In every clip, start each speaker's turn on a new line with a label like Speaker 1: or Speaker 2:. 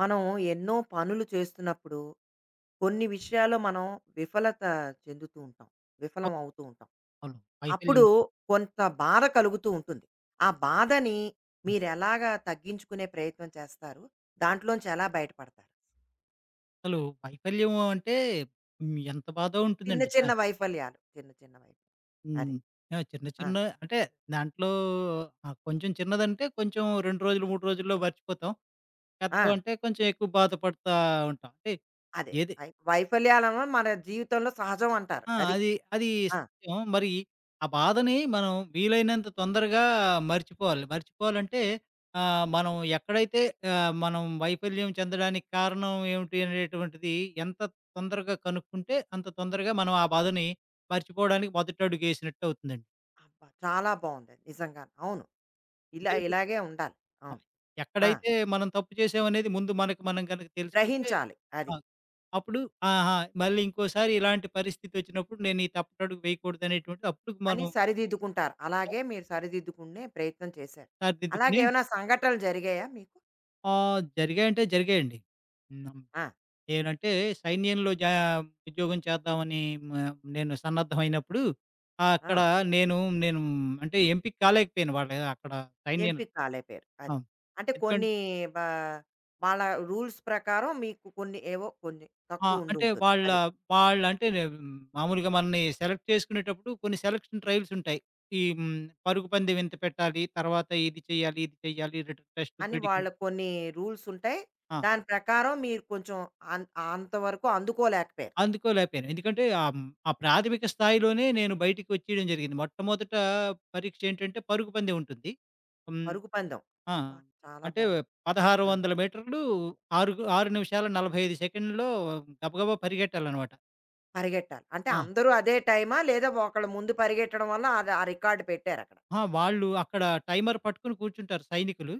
Speaker 1: మనం ఎన్నో పనులు చేస్తున్నప్పుడు కొన్ని విషయాల్లో మనం విఫలత చెందుతూ ఉంటాం. విఫలం
Speaker 2: అవును.
Speaker 1: అవుతూ ఉంటాం.
Speaker 2: అవును. వైఫల్యం
Speaker 1: అప్పుడు
Speaker 2: ఉంటుంది.
Speaker 1: కొంత బాధ కలుగుతూ ఉంటుంది. ఆ బాధని
Speaker 2: హ్మ్.
Speaker 1: మీరెలాగా తగ్గించుకునే ప్రయత్నం చేస్తారు? దాంట్లోంచి ఎలా బయటపడతారు?
Speaker 2: అసలు వైఫల్యం అంటే ఎంత బాధో
Speaker 1: చిన్న
Speaker 2: ఉంటుందండి.
Speaker 1: చిన్న వైఫల్యాలు. చిన్న చిన్న వై అదే.
Speaker 2: హ్మ్. చిన్న
Speaker 1: ఆ!
Speaker 2: చిన్న అంటే దాంట్లో కొంచెం చిన్నదంటే కొంచెం 2 రోజులు, 3 రోజుల్లో మర్చిపోతాం.
Speaker 1: ఆ!
Speaker 2: పెద్దవంటే కొంచెం ఎక్కువ ఉంటాం. అంటే
Speaker 1: అదే.
Speaker 2: ఏది
Speaker 1: వైఫల్యాలనేవి మన జీవితంలో సహజం అంటారు.
Speaker 2: ఆ,
Speaker 1: అది.
Speaker 2: అది, అది
Speaker 1: ఆ!
Speaker 2: సత్యం. మరి ఆ బాధని మనం వీలైనంత తొందరగా మర్చిపోవాలి. మర్చిపోవాలంటే ఆహ్, మనం ఎక్కడైతే ఆహ్, మనం వైఫల్యం చెందడానికి కారణం ఏమిటి అనేటువంటిది ఎంత తొందరగా కనుక్కుంటే అంత తొందరగా మనం ఆ బాధని మర్చిపోవడానికి మొదటడుగేసినట్టు అవుతుందండి.
Speaker 1: అబ్బా! చాలా బావుంది. నిజంగానే. అవును. ఇలా
Speaker 2: లేది
Speaker 1: ఇలాగే ఉండాలి. అవును.
Speaker 2: అది
Speaker 1: ఆ!
Speaker 2: ఎక్కడైతే మనం తప్పు చేసామనేది ముందు మనకు మనం గనక తెలుసుకుంటే
Speaker 1: గ్రహించాలి.
Speaker 2: ఆ!
Speaker 1: అది.
Speaker 2: అప్పుడు ఆహా! మళ్ళీ ఇంకోసారి ఇలాంటి పరిస్థితొచ్చినప్పుడు నేను ఈ తప్పుటడుగు వేయకూడదనేటువంటిది అప్పుడు
Speaker 1: అని
Speaker 2: మనం
Speaker 1: సరిదిద్దుకుంటారు.
Speaker 2: స
Speaker 1: అలాగే మీరు సరిదిద్దుకునే ప్రయత్నం చేశారు.
Speaker 2: సరిదిద్దుకుని
Speaker 1: అలాగేమైనా సంఘటనలు జరిగాయా మీకు?
Speaker 2: ఆ! జరిగాయంటే జరిగాయండి. హ్మ్.
Speaker 1: ఆ!
Speaker 2: నేనంటే సైన్యంలో జా ఉద్యోగం చేద్దామని మ నేను సన్నద్ధమైనప్పుడు అక్కడ
Speaker 1: ఆ!
Speaker 2: నేను నేను అంటే ఎంపిక కాలేకపోయాను వాళ్ళ అక్కడ సైన్యంలో.
Speaker 1: ఎంపిక కాలేపోయారు.
Speaker 2: ఆ!
Speaker 1: అది. అంటే
Speaker 2: ఎందుకంటే
Speaker 1: కొన్ని బా వాళ్ళ రూల్స్ ప్రకారం మీకు కొన్ని ఏవో కొన్ని తక్కువ
Speaker 2: అంటే
Speaker 1: ఉండుంటుంది. అది.
Speaker 2: వాళ్ళంటే మామూలుగా మనల్ని సెలెక్ట్ చేసుకునేటప్పుడు కొన్ని సెలక్షన్ ట్రయల్స్ ఉంటాయి. ఈ హ్మ్. పరుగు పందెం ఇంత పెట్టాలి, తర్వాత ఇది చేయాలి, ఇది చేయాలి, రిటన్ టెస్ట్,
Speaker 1: అని వాళ్ళ
Speaker 2: మెడికల్.
Speaker 1: కొన్ని రూల్స్ ఉంటాయి.
Speaker 2: ఆ!
Speaker 1: దాని ప్రకారం మీరు కొంచెం అన్ అంతవరకు అందుకోలేకపోయారు.
Speaker 2: అందుకోలేకపోయాను. ఎందుకంటే ఆ ప్రాథమిక స్థాయిలోనే నేను బయటికి వచ్చేయడం జరిగింది. మొట్టమొదట పరీక్ష ఏంటంటే పరుగు పందెం ఉంటుంది. హ్మ్.
Speaker 1: పరుగు పందెం.
Speaker 2: ఆ!
Speaker 1: అబ్బా! చాలా
Speaker 2: అంటే
Speaker 1: బావుంది. ఆ!
Speaker 2: 1600 మీటర్లు 6 నిమిషాల 45 సెకండ్‌లో గబగబా పరిగెట్టాలనమాట.
Speaker 1: పరిగెట్టాలి. అంటే
Speaker 2: ఆ!
Speaker 1: అందరూ అదే టైమా? లేదా ఒకళ్ళు ముందు పరిగెట్టడం వల్ల అది ఆ రికార్డ్ పెట్టారక్కడ.
Speaker 2: ఆ! వాళ్ళు అక్కడ టైమర్ పట్టుకొని కూర్చుంటారు సైనికులు.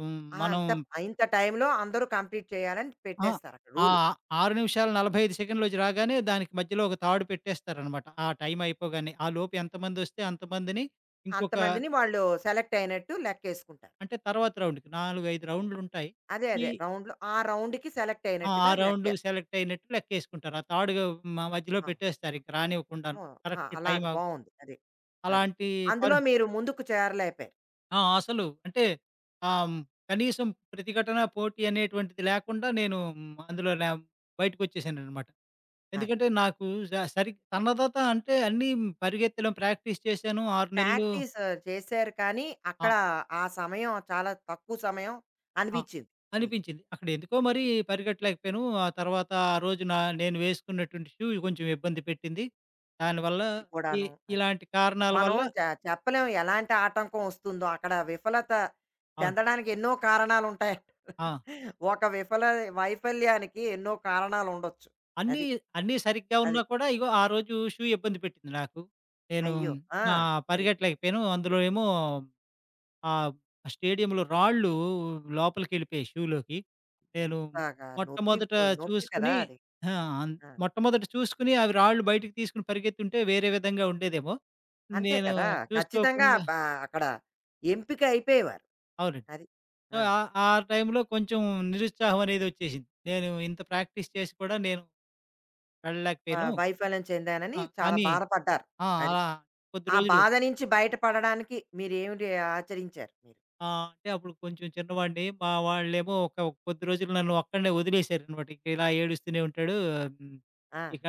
Speaker 1: ఆ!
Speaker 2: మనం
Speaker 1: ఇంత టైంలో అందరూ కంప్లీట్ చేయాలని
Speaker 2: ఆ!
Speaker 1: పెట్టేస్తారు అక్కడ
Speaker 2: ఆ
Speaker 1: రూలు.
Speaker 2: 6 నిమిషాల 45 సెకండ్‌లోకి రాగానే దానికి మధ్యలో ఒక తాడు పెట్టేస్తారనమాట. ఆ టైం అయిపోగానే. ఆలోపు ఎంతమందొస్తే అంతమందిని ఇంకొక
Speaker 1: అంతమందిని వాళ్ళు సెలెక్ట్ అయినట్టు లెక్కేసుకుంటారు.
Speaker 2: అంటే తర్వాత రౌండ్‌కి 4, 5 రౌండ్‌లుంటాయి.
Speaker 1: అదే
Speaker 2: ఈ
Speaker 1: అదే రౌండ్‌లో ఆ రౌండ్‌కి సెలెక్ట్
Speaker 2: ఆ
Speaker 1: అయినట్టుగా లెక్క.
Speaker 2: రౌండ్ సెలెక్ట్ అయినట్టు లెక్కేసుకుంటారు. ఆ తాడు మధ్యలో
Speaker 1: అవును.
Speaker 2: పెట్టేస్తారు ఇంక రానివ్వకుండాను.
Speaker 1: మో ఆహా!
Speaker 2: కరెక్ట్
Speaker 1: అలాగ
Speaker 2: టైమ్ అవ్
Speaker 1: బావుంది. అది. అది.
Speaker 2: అలాంటి
Speaker 1: అందులో
Speaker 2: పరి
Speaker 1: మీరు ముందుకు చేరలేకపోయారు.
Speaker 2: అసలు అంటే ఆహ్, హ్మ్, కనీసం ప్రతిఘటన, పోటీ అనేటువంటిది లేకుండా నేను అందులో నా బయటకొచ్చేసాననమాట.
Speaker 1: అది.
Speaker 2: ఎందుకంటే నాకు స సరి సన్నద్ధత అంటే అన్నీ పరిగెత్తడం ప్రాక్టీస్ చేశాను. 6 నెలలు.
Speaker 1: ప్రాక్టీస్ చేశారు, కానీ
Speaker 2: ఆ!
Speaker 1: అక్కడ ఆ సమయం చాలా తక్కువ సమయం
Speaker 2: ఆ!
Speaker 1: అనిపించింది మీకు.
Speaker 2: అనిపించింది. అక్కడ ఎందుకో మరి పరిగెట్టలేకపోయాను. ఆ తర్వాత ఆ రోజున నేను వేసుకున్నటువంటి షూ కొంచెం ఇబ్బంది పెట్టింది. దానివల్ల
Speaker 1: అది
Speaker 2: ఇ
Speaker 1: కూడాను. అది.
Speaker 2: ఇలాంటి కారణాల
Speaker 1: మనం
Speaker 2: వల్ల
Speaker 1: చ చెప్పలేం ఎలాంటి ఆటంకం వస్తుందో అక్కడ విఫలత
Speaker 2: అవును.
Speaker 1: చెందడానికి ఎన్నో కారణాలుంటాయి.
Speaker 2: ఆ!
Speaker 1: ఒక విఫల వైఫల్యానికి ఎన్నో కారణాలు ఉండొచ్చు.
Speaker 2: అన్నీ,
Speaker 1: అది.
Speaker 2: అన్నీ సరిగ్గా ఉన్నా
Speaker 1: అది.
Speaker 2: కూడా ఇగో ఆ రోజు షూ ఇబ్బంది పెట్టింది నాకు. నేను
Speaker 1: అయ్యో! ఆ!
Speaker 2: ఆ!
Speaker 1: అది.
Speaker 2: పరిగెట్టలేకపోయాను. అందులో ఏమో ఆ! స్టేడియంలో రాళ్ళు లోపలికెళ్ళిపోయాయి షూలోకి. నేను
Speaker 1: ఎంతగా
Speaker 2: మొట్టమొదట
Speaker 1: ఇప్పుడు నొప్పి కదా!
Speaker 2: చూసుకొని
Speaker 1: అది.
Speaker 2: ఆ! అన్
Speaker 1: ఆ!
Speaker 2: మొట్టమొదట చూసుకొని అవి రాళ్ళు బయటికి తీసుకొని పరిగెత్తుంటే వేరే విధంగా ఉండేదేమో.
Speaker 1: అంతే
Speaker 2: నేను
Speaker 1: కదా! ఖచ్చితంగా
Speaker 2: చూసుకోకుండా
Speaker 1: ప అక్కడ ఎంపిక అయిపోయేవారు.
Speaker 2: అవునండి.
Speaker 1: అది.
Speaker 2: సో,
Speaker 1: ఆ!
Speaker 2: ఆ ఆ టైంలో కొంచెం నిరుత్సాహం అనేది వచ్చేసింది. నేను ఇంత ప్రాక్టీస్ చేసి కూడా నేను వెళ్ళలేకపోయాను.
Speaker 1: వైఫల్యం చెందానని
Speaker 2: ఆ!
Speaker 1: చాలా
Speaker 2: అని
Speaker 1: బాధపడ్డారు.
Speaker 2: ఆ!
Speaker 1: అది.
Speaker 2: అలా కొద్ది
Speaker 1: ఆ
Speaker 2: రోజులు
Speaker 1: బాధ నుంచి బయటపడడానికి మీరేమిటి మీరు?
Speaker 2: అంటే అప్పుడు కొంచెం చిన్నవాడిని. మా వాళ్ళేమో ఒక ఒక కొద్ది రోజులు నన్ను ఒక్కడినే వదిలేసారనమాట. "ఇక ఇలా ఏడుస్తూనే ఉంటాడు. హ్మ్.
Speaker 1: ఆ!
Speaker 2: ఇక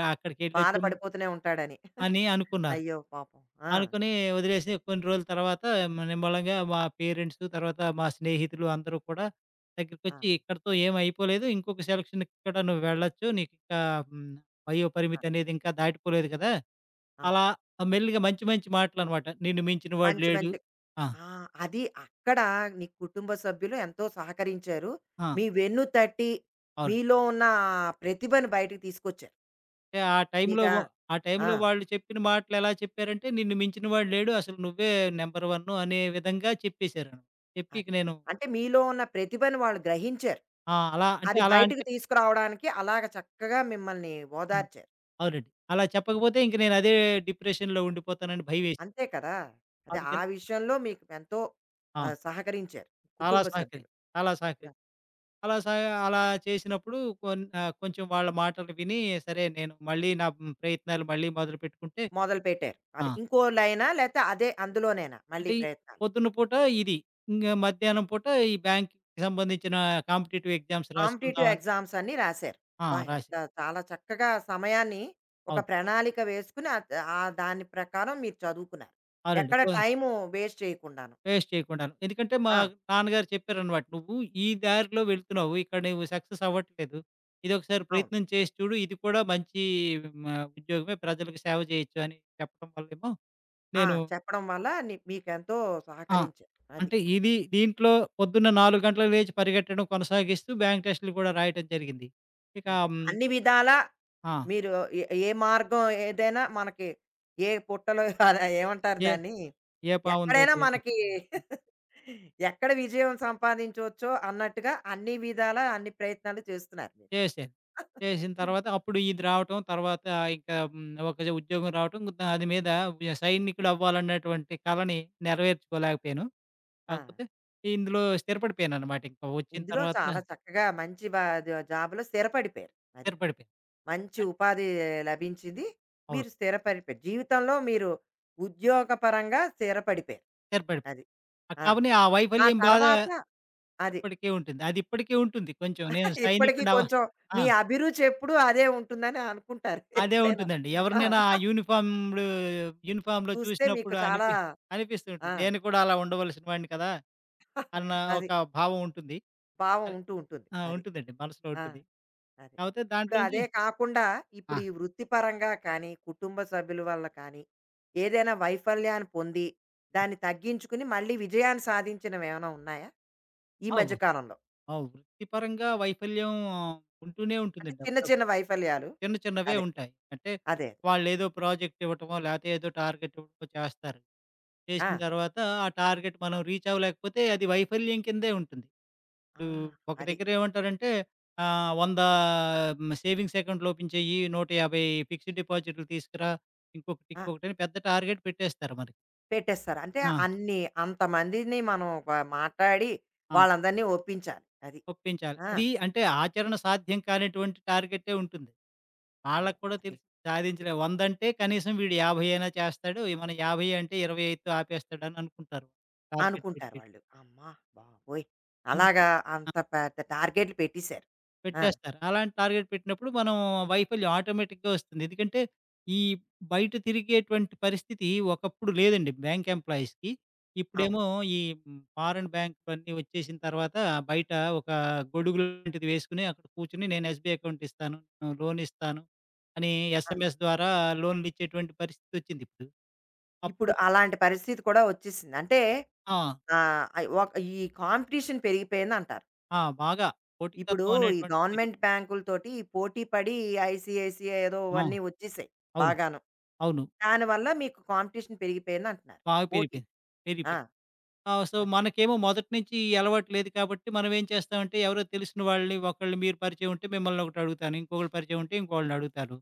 Speaker 1: బాధ
Speaker 2: అక్కడికెళ్ళొచ్చాం"
Speaker 1: పడిపోతూనే ఉంటాడని.
Speaker 2: అని అనుకున్నారు.
Speaker 1: అయ్యో! పాపం. ఆ!
Speaker 2: అనుకుని వదిలేసి కొన్ని రోజుల తర్వాత నిమ్మళంగా మా పేరెంట్స్, తర్వాత మా స్నేహితులు అందరూ కూడా
Speaker 1: ఆ!
Speaker 2: దగ్గరికొచ్చి "ఇక్కడితో ఏం అయిపోలేదు. ఇంకొక సెలక్షన్‌కి కూడా నువ్వు వెళ్ళొచ్చు. నీకింకా హ్మ్.
Speaker 1: ఆ!
Speaker 2: వయోపరిమితి అనేది ఇంకా దాటిపోలేదు కదా!"
Speaker 1: ఆ!
Speaker 2: అలా మెల్లిగా మంచి మంచి మాటలనమాట. "నిన్ను మించిన వాడు
Speaker 1: మంచి
Speaker 2: లేడు."
Speaker 1: మంచి
Speaker 2: ఆ!
Speaker 1: ఆ! అది అక్కడ నీ కుటుంబ సభ్యులు ఎంతో సహకరించారు.
Speaker 2: ఆ!
Speaker 1: మీ వెన్ను తట్టి,
Speaker 2: అవును.
Speaker 1: మీలో ఉన్న ఆ ప్రతిభను బయటకి తీసుకొచ్చారు.
Speaker 2: అంటే
Speaker 1: మీకా
Speaker 2: ఆ
Speaker 1: ఆ!
Speaker 2: టైంలో వాళ్ళు చెప్పిన మాటలు ఎలా చెప్పారంటే, నిన్ను మించిన వాడు లేడు. అసలు నువ్వే నంబర్ వన్ అనే విధంగా చెప్పేసారు. చెప్పి ఇక
Speaker 1: అది.
Speaker 2: నేను
Speaker 1: అంటే మీలో ఉన్న ప్రతిభను వాళ్ళు గ్రహించారు.
Speaker 2: ఆ! అలా అంటే
Speaker 1: అది
Speaker 2: అలా
Speaker 1: బయటకి
Speaker 2: అంటే
Speaker 1: తీసుకురావడానికి అలాగ చక్కగా మిమ్మల్ని
Speaker 2: ఆ!
Speaker 1: ఓదార్చారు.
Speaker 2: అవునండి. అలా చెప్పకపోతే ఇంక నేను అదే డిప్రెషన్‌లో ఉండిపోతానని భయమేసింది.
Speaker 1: అంతే కదా! అదే ఆ
Speaker 2: అందుకని
Speaker 1: విషయంలో మీకు ఎంతో
Speaker 2: ఆ!
Speaker 1: సహకరించారు
Speaker 2: చాలా
Speaker 1: కుటుంబ
Speaker 2: సహకరి
Speaker 1: సభ్యులు.
Speaker 2: చాలా
Speaker 1: ఆ!
Speaker 2: సహకరి అలా సహ అలా చేసినప్పుడు కొంచెం వాళ్ళ మాటలు విని సరే నేను మళ్ళీ నా ప్రయత్నాలు మళ్ళీ మొదలుపెట్టుకుంటే
Speaker 1: మొదలుపెట్టారు.
Speaker 2: ఆ!
Speaker 1: అది ఇంకో లైనా లేతే అదే అందులోనేనా మళ్ళీ
Speaker 2: అంటే
Speaker 1: ప్రయత్నాలు?
Speaker 2: పొద్దున్న పూట ఇది. ఇంగ మధ్యాహ్నం పూట ఈ బ్యాంక్‌కి సంబంధించిన కాంపిటీటివ్ ఎగ్జామ్స్
Speaker 1: కాంపిటీటివ్
Speaker 2: రాసుకుందామని
Speaker 1: ఎగ్జామ్స్ అన్నీ రాశారు. అబ్బా!
Speaker 2: రాశా.
Speaker 1: ఎంత చాలా చక్కగా సమయాన్ని ఒక
Speaker 2: అవును.
Speaker 1: ప్రణాళిక వేసుకుని దాని ప్రకారం మీరు చదువుకున్నారు.
Speaker 2: అవునండి.
Speaker 1: ఎక్కడ టైము వేస్ట్ చేయకుండాను.
Speaker 2: వేస్ట్ చేయకుండాను. ఎందుకంటే మా
Speaker 1: ఆ!
Speaker 2: నాన్నగారు చెప్పారనమాట. "నువ్వు ఈ దారిలో వెళ్తున్నావు. ఇక్కడ నువ్వు సక్సెస్ అవ్వట్లేదు. ఇదొకసారి
Speaker 1: అవును.
Speaker 2: ప్రయత్నం చేసి చూడు. ఇది కూడా మంచి మ ఉద్యోగమే. ప్రజలకు సేవ చేయొచ్చు" అని చెప్పడం వల్లేమో
Speaker 1: ఆ!
Speaker 2: నేను
Speaker 1: చెప్పడం వల్ల మీకెంతో
Speaker 2: ఆ!
Speaker 1: సహకరించారు. అది.
Speaker 2: అంటే దీంట్లో పొద్దున్న 4 గంటలకు లేచి పరిగెట్టడం కొనసాగిస్తూ బ్యాంక్ టెస్ట్‌లు కూడా రాయటం జరిగింది. ఇక
Speaker 1: అంటే
Speaker 2: హ్మ్.
Speaker 1: అన్ని విధాలా
Speaker 2: ఆ!
Speaker 1: మీరు ఏ ఏ మార్గం ఏదైనా మనకి ఏ పుట్టలో అలా ఏమంటారు
Speaker 2: ఏ
Speaker 1: దాన్ని?
Speaker 2: ఏ
Speaker 1: ఎక్కడైనా
Speaker 2: బావుందది.
Speaker 1: మనకి ఎక్కడ విజయం సంపాదించవచ్చో అన్నట్టుగా అన్ని విధాలా అన్ని ప్రయత్నాలు చేస్తున్నారు మీరు.
Speaker 2: చేశాను. చేసిన తర్వాత అప్పుడు ఇది రావటం తర్వాత ఇంకా హ్మ్. ఒక ఉద్యోగం రావటం దాని మీద సైనికుడవ్వాలన్నటువంటి కలని నెరవేర్చుకోలేకపోయాను.
Speaker 1: ఆ!
Speaker 2: కాకపోతే ఇందులో స్థిరపడిపోయాననమాట. ఇంకా వచ్చిన
Speaker 1: ఇందులో
Speaker 2: తర్వాత
Speaker 1: చాలా చక్కగా మంచి బా జ జాబ్‌లో స్థిరపడిపోయారు. అది.
Speaker 2: స్థిరపడిపోయాను.
Speaker 1: మంచి
Speaker 2: అన్
Speaker 1: ఉపాధి లభించింది.
Speaker 2: అవును.
Speaker 1: మీరు స్థిరపడిపోయారు. జీవితంలో మీరు ఉద్యోగపరంగా స్థిరపడిపోయారు.
Speaker 2: స్థిరపడిపోయాను.
Speaker 1: అది. ఆ!
Speaker 2: కాపోనీ ఆ
Speaker 1: ఆ
Speaker 2: వైఫల్యం బాధ
Speaker 1: తర్వాత అది.
Speaker 2: ఇప్పటికే ఉంటుంది. అది ఇప్పటికే ఉంటుంది కొంచెం. నేను
Speaker 1: ఇప్పటికి
Speaker 2: సైనికుడినవ్వ
Speaker 1: కొంచెం
Speaker 2: ఆ!
Speaker 1: మీ అభిరుచి ఎప్పుడు అదే ఉంటుందని అనుకుంటారు
Speaker 2: అదే
Speaker 1: ఎప్పుడైనా.
Speaker 2: ఉంటుందండి.
Speaker 1: ఆ!
Speaker 2: ఎవరినైనా ఆ యూనిఫార్మ్‌లో
Speaker 1: చూస్తే మీకు
Speaker 2: చూసినప్పుడు
Speaker 1: చాలా
Speaker 2: అనిపిస్తూ
Speaker 1: ఆ!
Speaker 2: ఉంటుంది. నేను కూడా అలా ఉండవలసిన వాడిని కదా! అన్న ఒక
Speaker 1: అది
Speaker 2: భావం ఉంటుంది.
Speaker 1: భావం
Speaker 2: అరే
Speaker 1: ఉంటూ ఉంటుంది.
Speaker 2: ఆ!
Speaker 1: అది.
Speaker 2: ఉంటుందండి. మనసులో
Speaker 1: ఆ!
Speaker 2: ఉంటుంది.
Speaker 1: అది.
Speaker 2: కాపోతే
Speaker 1: ఇప్పుడు
Speaker 2: దాంట్లోంచి
Speaker 1: అదే కాకుండా
Speaker 2: ఆ!
Speaker 1: ఇప్పుడు ఈ వృత్తిపరంగా కానీ, కుటుంబ సభ్యుల వల్ల కానీ, ఏదైనా వైఫల్యాన్ని పొంది, దాన్ని తగ్గించుకుని మళ్ళీ విజయాన్ని సాధించినవేమైనా ఉన్నాయా? ఈ
Speaker 2: అవ్
Speaker 1: మధ్య కాలంలో?
Speaker 2: ఆ! వృత్తిపరంగా వైఫల్యం ఉంటూనే
Speaker 1: అంటే
Speaker 2: ఉంటుందండి.
Speaker 1: చిన్న
Speaker 2: అప్పుడప్పుడు
Speaker 1: చిన్న వైఫల్యాలు.
Speaker 2: చిన్న చిన్నవే
Speaker 1: అదే.
Speaker 2: ఉంటాయి. అంటే
Speaker 1: అదే.
Speaker 2: వాళ్ళేదో ప్రాజెక్ట్ ఇవ్వటమో, లేతే ఏదో టార్గెట్ ఇవ్వటమో చేస్తారు.
Speaker 1: ఆ!
Speaker 2: చేసిన తర్వాత ఆ టార్గెట్ మనం రీచ్ అవ్వలేకపోతే అది వైఫల్యం కిందే ఉంటుంది.
Speaker 1: ఆ!
Speaker 2: ఇప్పుడు ఒక
Speaker 1: అది.
Speaker 2: దగ్గర ఏమంటారంటే 100 సేవింగ్స్ అకౌంట్‌లు ఓపెన్ చెయ్యి, 150 ఫిక్స్డ్ డిపాజిట్లు తీసుకురా, ఇంకొకటి,
Speaker 1: ఆ!
Speaker 2: ఇంకొకటి అని పెద్ద టార్గెట్ పెట్టేస్తారు మనకి.
Speaker 1: పెట్టేస్తారు. అంటే
Speaker 2: ఆ!
Speaker 1: అన్ని అంతమందిని మనం వ మాట్లాడి
Speaker 2: ఆ!
Speaker 1: వాళ్ళందరినీ ఒప్పించాలి. అది.
Speaker 2: ఒప్పించాలి.
Speaker 1: ఆ!
Speaker 2: అది అంటే ఆచరణ సాధ్యం కానిటువంటి టార్గెటే ఉంటుంది.
Speaker 1: అమ్మో!
Speaker 2: వాళ్ళకి కూడా
Speaker 1: అది
Speaker 2: తెలుసు సాధించలేం. 100 అంటే కనీసం వీడు 50 అయినా చేస్తాడు. మనం 50 అంటే 25తో ఆపేస్తాడని అనుకుంటారు. టార్గెట్
Speaker 1: అనుకుంటారు
Speaker 2: పెట్టేటి.
Speaker 1: వాళ్ళు. అమ్మా బాబోయ్! అలాగా
Speaker 2: అందుకని
Speaker 1: అంత పెద్ద టార్గెట్‌లు పెట్టేశారు. ఆ!
Speaker 2: పెట్టేస్తారు. అలాంటి టార్గెట్ పెట్టినప్పుడు మనం వైఫల్యం ఆటోమేటిక్‌గా వస్తుంది. ఎందుకంటే, ఈ బయట తిరిగేటువంటి పరిస్థితి ఒకప్పుడు లేదండి బ్యాంక్ ఎంప్లాయీస్‌కి.
Speaker 1: అవును.
Speaker 2: ఇప్పుడేమో ఈ ఫారిన్ బ్యాంకులన్నీ వచ్చేసిన తర్వాత బయట ఒక గొడుగు లాంటిది వేసుకొని అక్కడ కూర్చొని నేను ఎస్‌బీఐ అకౌంట్ ఇస్తాను, లోన్ ఇస్తాను అని
Speaker 1: ఆ!
Speaker 2: ఎస్ఎంఎస్ ద్వారా లోన్‌లు ఇచ్చేటువంటి పరిస్థితి వచ్చింది ఇప్పుడు.
Speaker 1: ఇప్పుడు
Speaker 2: అప్పుడు
Speaker 1: అలాంటి పరిస్థితి కూడా వచ్చేసింది. అంటే
Speaker 2: ఆ!
Speaker 1: ఆహ్, అయ్ ఒక్ ఈ కాంపిటీషన్ పెరిగిపోయిందంటారు.
Speaker 2: ఆ! బాగా
Speaker 1: ఇప్పుడు
Speaker 2: పోటీతత్వం
Speaker 1: ఈ
Speaker 2: అనేటువంటిది పెరిగి
Speaker 1: గవర్నమెంట్ బ్యాంకులతోటి ఈ పోటీ పడి ఐసీఐసీఐ ఏదో
Speaker 2: ఆ!
Speaker 1: అవన్నీ వచ్చేసాయి
Speaker 2: అవును.
Speaker 1: బాగాను.
Speaker 2: అవును.
Speaker 1: దానివల్ల మీకు కాంపిటీషన్ పెరిగిపోయిందంటున్నారు.
Speaker 2: బాగా
Speaker 1: పోటీ.
Speaker 2: పెరిగిపోయింది.
Speaker 1: ఆ!
Speaker 2: పెరిగిపోయింది. సో, మనకేమో మొదటి నుంచి ఈ అలవాటు లేదు కాబట్టి మనం ఏం చేస్తామంటే ఎవరో తెలిసిన వాళ్ళని ఒకళ్ళని మీరు పరిచయం ఉంటే మిమ్మల్ని ఒకటి అడుగుతాను. ఇంకొకళ్ళు పరిచయం ఉంటే ఇంకోళ్ళని అడుగుతారు.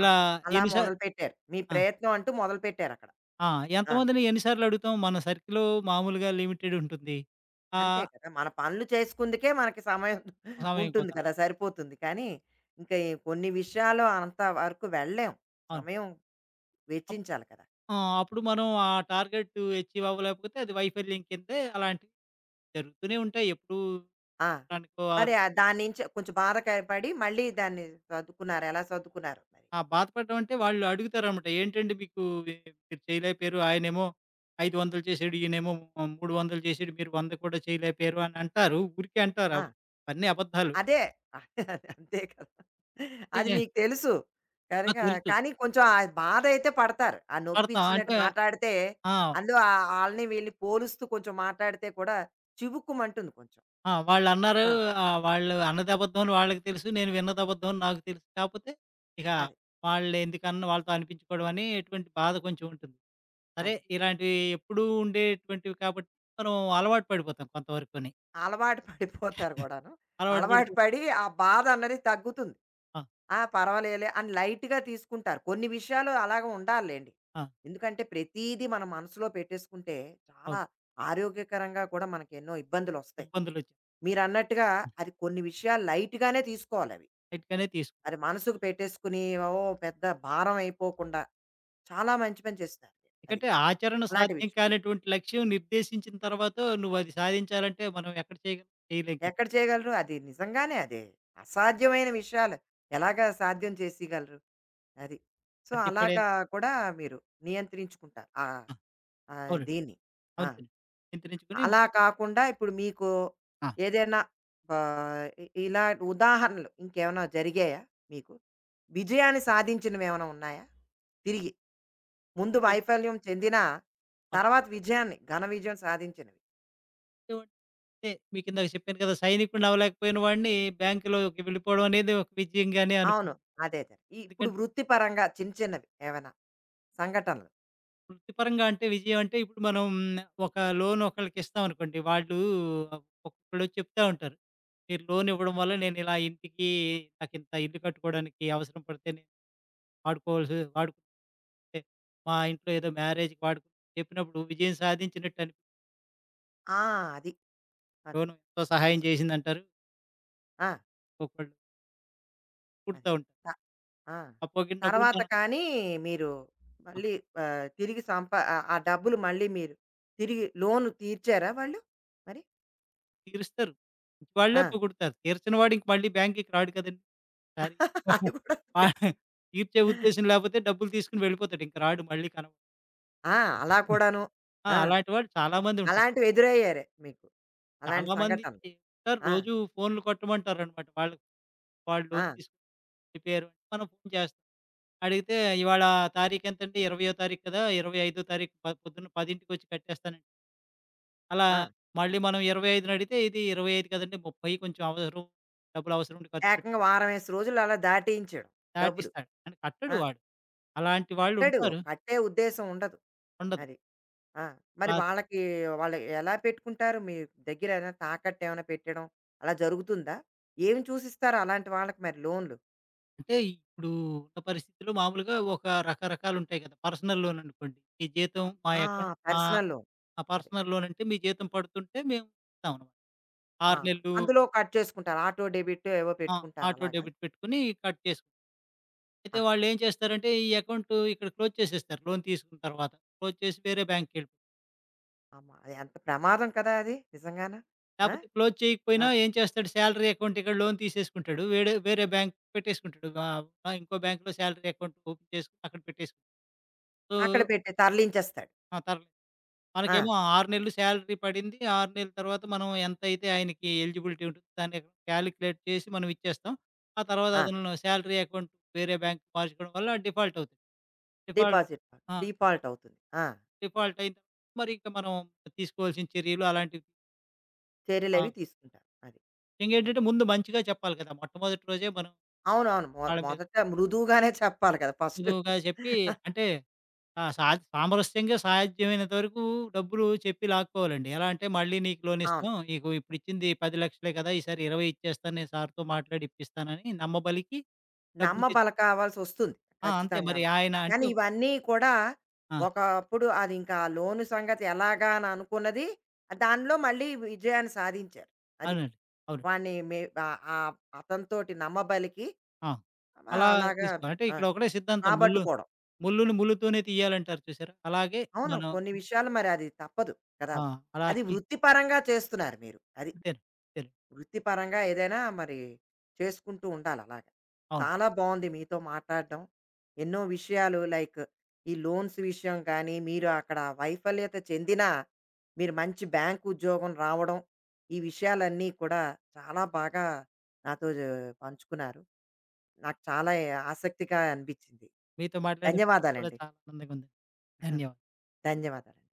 Speaker 2: ఇలా
Speaker 1: ఆహా! అలా
Speaker 2: ఎన్ని సా
Speaker 1: మొదలుపెట్టారు. మీ
Speaker 2: ఆ!
Speaker 1: ప్రయత్నం అంటూ మొదలుపెట్టారక్కడ.
Speaker 2: ఆ!
Speaker 1: ఆ!
Speaker 2: ఎంతమందిని ఎన్ని సార్లు అడుగుతాం? మన సర్కిలు మామూలుగా లిమిటెడ్ ఉంటుంది.
Speaker 1: అంతే
Speaker 2: ఆహ్,
Speaker 1: కదా! మన పనులు చేసుకుందుకే మనకి సమయం
Speaker 2: సమయం
Speaker 1: ఉంటుంది
Speaker 2: కూడా
Speaker 1: కదా! సరిపోతుంది. కానీ, ఇంకా ఈ కొన్ని విషయాలు అంత వరకు వెళ్ళలేం.
Speaker 2: అవును.
Speaker 1: సమయం
Speaker 2: అప్
Speaker 1: వెచ్చించాలి కదా!
Speaker 2: ఆ! అప్పుడు మనం ఆ టార్గెట్ అచీవ్ అవ్వలేకపోతే అది వైఫల్యం కిందే. అలాంటివి జరుగుతూనే ఉంటాయి. ఎప్పుడూ
Speaker 1: ఆ!
Speaker 2: దానికో
Speaker 1: మరి ఆ దాన్నించి కొంచెం బాధ క పడి మళ్ళీ దాన్ని సర్దుకున్నారు. ఎలా సర్దుకున్నారు మరి?
Speaker 2: ఆ! బాధపడడం అంటే వాళ్ళు అడుగుతారనమాట. ఏంటండి మీకు ఏ- మీరు చేయలేకపోయారు. ఆయనేమో 500 చేసాడు. ఈయనేమో 300 చేసాడు. మీరు 100 కూడా చేయలేకపోయారు అని అంటారు. ఊరికే అంటారు.
Speaker 1: ఆ!
Speaker 2: అన్నీ అబద్ధాలు.
Speaker 1: అదే. అంతే కదా! అది
Speaker 2: అంటే
Speaker 1: మీకు తెలుసు కనుక.
Speaker 2: తెలుసు.
Speaker 1: కానీ కొంచెం ఆ బాధైతే పడతారు. ఆ
Speaker 2: పడతాం.
Speaker 1: నొప్పిచ్చినట్టు
Speaker 2: అంటే
Speaker 1: మాట్లాడితే
Speaker 2: ఆ!
Speaker 1: అందులో ఆళ్ళని వీళ్ళని పోలుస్తూ కొంచెం మాట్లాడితే కూడా చివుక్కుమంటుంది కొంచెం.
Speaker 2: ఆ! వాళ్ళన్నారు
Speaker 1: ఆ!
Speaker 2: వాళ్ళు అన్నది అబద్ధం అని వాళ్ళకి తెలుసు. నేను విన్నది అబద్ధం అని నాకు తెలుసు. కాపోతే ఇక
Speaker 1: అది.
Speaker 2: వాళ్ళు ఎందుకన్నా వాళ్ళతో అనిపించుకోవడం అని ఎటువంటి బాధ కొంచెం ఉంటుంది. సరే
Speaker 1: అది.
Speaker 2: ఇలాంటివి ఎప్పుడూ ఉండేటువంటివి కాబట్టి మనం అలవాటు పడిపోతాం కొంతవరకుని.
Speaker 1: అలవాటు పడిపోతారు కూడాను.
Speaker 2: అలవాటు
Speaker 1: అలవాటు
Speaker 2: పడిపో
Speaker 1: పడి ఆ బాధ అన్నది తగ్గుతుంది.
Speaker 2: ఆ!
Speaker 1: ఆ! పర్వాలేదులే అని లైట్‌గా తీసుకుంటారు. కొన్ని విషయాలు అలాగ ఉండాలిలెండి.
Speaker 2: ఆ!
Speaker 1: ఎందుకంటే ప్రతీదీ మనం మనసులో పెట్టేసుకుంటే చాలా
Speaker 2: అవును.
Speaker 1: ఆరోగ్యకరంగా కూడా మనకెన్నో ఇబ్బందులొస్తాయి.
Speaker 2: ఇబ్బందులొచ్చాయి.
Speaker 1: మీరన్నట్టుగా అది కొన్ని విషయాలు లైట్‌గానే తీసుకోవాలవి.
Speaker 2: లైట్‌గానే తీసుకు
Speaker 1: అది మనసుకు పెట్టేసుకుని, ఓ పెద్ద భారం అయిపోకుండా చాలా మంచి పని చేస్తున్నారు. అది.
Speaker 2: ఎందుకంటే ఆచరణ
Speaker 1: అలాంటి
Speaker 2: సాధ్యం
Speaker 1: విషయం.
Speaker 2: కానటువంటి లక్ష్యం నిర్దేశించిన తర్వాత నువ్వది సాధించాలంటే మనం ఎక్కడ చేయగలం? చేయలేం కదా!
Speaker 1: ఎక్కడ చేయగలరు? అది నిజంగానే అది అసాధ్యమైన విషయాలు ఎలాగా సాధ్యం చేసేయగలరు? అది. సో,
Speaker 2: సాధ్యపడే
Speaker 1: అలాగా కూడా మీరు నియంత్రించుకుంటారు. ఆ!
Speaker 2: ఆ!
Speaker 1: ఆ
Speaker 2: అవునండి.
Speaker 1: దీన్ని. ఆ!
Speaker 2: అవునండి. చింతరించుకొని
Speaker 1: అలా
Speaker 2: మనం
Speaker 1: కాకుండా ఇప్పుడు మీకు
Speaker 2: ఆ!
Speaker 1: ఏదైనా ఆహ్, ఇ ఇలా ఉదాహరణలు ఇంకేమైనా జరిగాయా మీకు? విజయాన్ని సాధించినవేమైనా ఉన్నాయా? తిరిగి ముందు
Speaker 2: ఉద్యోగం
Speaker 1: వైఫల్యం చెందినా,
Speaker 2: అవును.
Speaker 1: తర్వాత విజయాన్ని విజయం సాధించినవి.
Speaker 2: ఉద్యోగం అంటే మీకిందాక చెప్పాను కదా! సైనికుడినవ్వలేకపోయిన వాడిని బ్యాంకులోకి వెళ్ళిపోవడం అనేది ఒక విజయంగానే
Speaker 1: అవును.
Speaker 2: అనుకుంటాం.
Speaker 1: అదే అదే. ఈ- ఇప్పుడు
Speaker 2: ఎందుకంటే
Speaker 1: వృత్తిపరంగా చిన్న చిన్నవి ఏవైనా సంఘటనలు.
Speaker 2: వృత్తిపరంగా అంటే విజయం అంటే ఇప్పుడు మనం ఒక లోన్ ఒకళ్ళకి ఇస్తామనుకోండి. వాళ్ళు ఒక్కొక్కళ్ళు చెప్తా ఉంటారు. మీరు లోన్ ఇవ్వడం వల్ల నేను ఇలా ఇంటికి నాకింత ఇల్లు కట్టుకోవడానికి అవసరం పడితే నేను వాడుకుంటే మా ఇంట్లో ఏదో మ్యారేజ్‌కి చెప్పినప్పుడు విజయం సాధించినట్టు
Speaker 1: ఆ! అది. అది.
Speaker 2: లోన్ ఎంతో సహాయం
Speaker 1: సో
Speaker 2: చేసిందంటారు.
Speaker 1: ఆ!
Speaker 2: ఒక్కొక్కళ్ళు
Speaker 1: అది.
Speaker 2: పుడుతూ ఉంటారు.
Speaker 1: ఆ!
Speaker 2: ఆ పొగిడినప్పుడు
Speaker 1: తర్వాత
Speaker 2: మనం
Speaker 1: కానీ మీరు మళ్ళీ ఆహ్, తిరిగి సంప ఆహ్, ఆ డబ్బులు మళ్ళీ మీరు తిరిగి లోన్ తీర్చారా వాళ్ళు మరి?
Speaker 2: తీరుస్తారు. వాళ్ళే
Speaker 1: ఆ!
Speaker 2: పొగుడుతారు. తీర్చని వాడు ఇంక మళ్ళీ బ్యాంక్‌కి రాడు కదండీ! సారీ.
Speaker 1: అది కూడా
Speaker 2: ఆ!
Speaker 1: తెలుసు.
Speaker 2: తీర్చే ఉద్దేశ్యం లేపోతే డబ్బులు తీసుకొని వెళ్ళిపోతాడు. ఇంక రాడు మళ్ళీ కనవ
Speaker 1: ఆ! అలా కూడాను.
Speaker 2: ఆ!
Speaker 1: ఆ!
Speaker 2: అలాంటి వాళ్ళు చాలా మంది ఉంటారు.
Speaker 1: అలాంటివి ఎదురయ్యారే మీకు. అలాంటి
Speaker 2: చాలా మంది
Speaker 1: సంఘటనలు.
Speaker 2: ఉంటారు.
Speaker 1: ఆ!
Speaker 2: రోజు ఫోన్‌లు కొట్టమంటారనమాట. వాళ్ళు వాళ్ళు
Speaker 1: ఆ!
Speaker 2: లోన్ తీసుకొని వెళ్ళిపోయారు అంటే మనం ఫోన్ చేస్తాం. అడిగితే ఇవాళ తారీఖెంతండి? 20వ తారీఖు కదా! 25వ తారీఖు పొద్దున్న 10కి కట్టేస్తానండి. అలా
Speaker 1: ఆ!
Speaker 2: మళ్ళీ మనం 25ని అడిగితే ఇది 25 కదండీ! 30 కొంచెం అవసరం డబ్బులు అవసరం ఉండి ఖర్చు పెట్
Speaker 1: ఏకంగా వారం, 20 రోజులు అలా దాటించడం డబ్బులు.
Speaker 2: దాటిస్తాడు. అంటే కట్టడు
Speaker 1: ఆ!
Speaker 2: వాడు. అలాంటి
Speaker 1: కట్టడు.
Speaker 2: వాళ్ళుంటారు.
Speaker 1: కట్టే ఉద్దేశం ఉండదు.
Speaker 2: ఉండదు.
Speaker 1: అది. ఆ! మరి
Speaker 2: అలా
Speaker 1: వాళ్ళకి వాళ్ళు ఎలా పెట్టుకుంటారు? మీ దగ్గర ఏదైనా తాకట్టు ఏమైనా పెట్టడం అలా జరుగుతుందా? ఏమి చూసిస్తారు అలాంటి వాళ్ళకి మరి లోన్‌లు?
Speaker 2: అంటే ఇప్పుడు ఉన్న పరిస్థితిలో మామూలుగా ఒక రకరకాలుంటాయి కదా! పర్సనల్ లోన్ అనుకోండి. మీ జీతం మా
Speaker 1: ఆ!
Speaker 2: అకౌ మా
Speaker 1: పర్సనల్ లోన్.
Speaker 2: ఆ
Speaker 1: అదే.
Speaker 2: పర్సనల్ లోన్ అంటే మీ జీతం పడుతుంటే మేము ఇస్తామనమాట.
Speaker 1: ఆ!
Speaker 2: 6 నెలలు.
Speaker 1: అందులో కట్ చేసుకుంటారు. ఆటో డెబిట్ ఏవో
Speaker 2: ఆ!
Speaker 1: పెట్టుకుంటారు
Speaker 2: ఆటో
Speaker 1: అలాగా?
Speaker 2: డెబిట్ పెట్టుకొని కట్ చేసుకుంటాం. అయితే
Speaker 1: ఆహా!
Speaker 2: వాళ్ళేం చేస్తారంటే ఈ అకౌంట్ ఇక్కడ క్లోజ్ చేసేస్తారు. లోన్ తీసుకున్న తర్వాత. క్లోజ్ చేసి వేరే బ్యాంక్‌కెళ్ళిపోతారు.
Speaker 1: అమ్మ! అది ఎంత ప్రమాదం కదా అది నిజంగాన. ఆ!
Speaker 2: లేపోతే క్లోజ్
Speaker 1: ఆ!
Speaker 2: చేయకపోయినా ఏం చేస్తాడు సాలరీ అకౌంట్ ఇక్కడ లోన్ తీసేసుకుంటాడు. వేరే బ్యాంక్ పెట్టేసుకుంటాడు. ఆ ఇంకో బ్యాంక్‌లో సాలరీ అకౌంట్ ఓపెన్ చేసుకొని అక్కడ పెట్టేసుకుంటాడు.
Speaker 1: అక్కడ
Speaker 2: సో,
Speaker 1: పెట్టి తరలించేస్తాడు.
Speaker 2: ఆ! తరలే
Speaker 1: ఆ!
Speaker 2: మనకేమో 6 నెలలు సాలరీ పడింది. 6 నెలల తర్వాత మనం ఎంతైతే ఆయనకి ఎలిజిబిలిటీ ఉంటుందో దాన్ని కాలిక్యులేట్ చేసి మనం ఇచ్చేస్తాం. ఆ తర్వాత
Speaker 1: ఆ!
Speaker 2: అతను సాలరీ అకౌంట్ వేరే బ్యాంక్ మార్చుకోవడం వల్ల డిఫాల్ట్ అవుతుంది. డిఫాల్ట్
Speaker 1: డిపాజిట్
Speaker 2: ఆ!
Speaker 1: డిఫాల్ట్ అవుతుంది. ఆ!
Speaker 2: డిఫాల్ట్ అయిన తర్వాత మరి ఇంక మనం తీసుకోవాల్సిన చర్యలు అలాంటివి.
Speaker 1: చర్యలవి
Speaker 2: ఆ!
Speaker 1: తీసుకుంటారు. అది. అది.
Speaker 2: ఇంకేంటంటే ముందు మంచిగా చెప్పాలి కదా! మొట్టమొదటి రోజే మనం
Speaker 1: అవునవును.
Speaker 2: వాళ్ళ మీద
Speaker 1: మొదట మృదువుగానే చెప్పాలి కదా! ఫస్ట్.
Speaker 2: మృదువుగా చెప్పి అంటే ఆ! సా సామరస్యంగా సాధ్యమైనంత వరకు డబ్బులు చెప్పి లాక్కోవాలండి. ఎలా అంటే మళ్ళీ నీకు లోన్
Speaker 1: అవును.
Speaker 2: ఇస్తాం. నీకు ఇప్పుడు ఇచ్చింది 10,00,000 కదా! ఈసారి 20 ఇచ్చేస్తాను. నేను సార్‌తో మాట్లాడి ఇప్పిస్తానని నమ్మబలికి డబ్బులు తెచ్చి
Speaker 1: నమ్మబలకావాల్సొస్తుంది
Speaker 2: అంతే మరి
Speaker 1: ఖచ్చితంగాను.
Speaker 2: ఆయన అంటే
Speaker 1: కానీ ఇవన్నీ కూడా
Speaker 2: ఆ!
Speaker 1: ఒకప్పుడు అది ఇంకా ఆ లోను సంగతి ఎలాగా అని అనుకున్నది, దానిలో మళ్ళీ విజయాన్ని సాధించారు. అది.
Speaker 2: అవునండి. అవునండి.
Speaker 1: వాడిని మె ఆహ్, ఆహ్, అతనితోటి నమ్మబలికి
Speaker 2: ఆ! అలా
Speaker 1: అలాగా
Speaker 2: తీసుకో అంటే
Speaker 1: ఆ!
Speaker 2: ఇక్కడ ఒకటే సిద్ధాంతం ముల్లు
Speaker 1: రాబట్టుకోవడం.
Speaker 2: ముల్లుని ముల్లుతోనే తీయాలంటారు చూసారా? అలాగే
Speaker 1: అవును.
Speaker 2: మనం
Speaker 1: కొన్ని విషయాలు మరి అది తప్పదు కదా!
Speaker 2: ఆ! అలా
Speaker 1: అది
Speaker 2: తీ
Speaker 1: వృత్తిపరంగా చేస్తున్నారు మీరు. అది.
Speaker 2: అంతేను. అంతేను.
Speaker 1: వృత్తిపరంగా ఏదైనా మరి చేసుకుంటూ ఉండాలి అలాగా.
Speaker 2: అవును.
Speaker 1: చాలా బాగుంది మీతో మాట్లాడడం. ఎన్నో విషయాలు లైక్ ఈ లోన్స్ విషయం కానీ, మీరు అక్కడ వైఫల్యత చెందినా, మీరు మంచి బ్యాంకు ఉద్యోగం రావడం, ఈ విషయాలన్నీ కూడా చాలా బాగా నాతో జ పంచుకున్నారు. నాకు చాలా ఆసక్తిగా అనిపించింది.
Speaker 2: మీతో మాట్లాడినందుకు కూడా
Speaker 1: ధన్యవాదాలండి.
Speaker 2: చాలా ఆనందంగా ఉంది. ధన్యవాదాలు.
Speaker 1: ధన్యవాదాలు.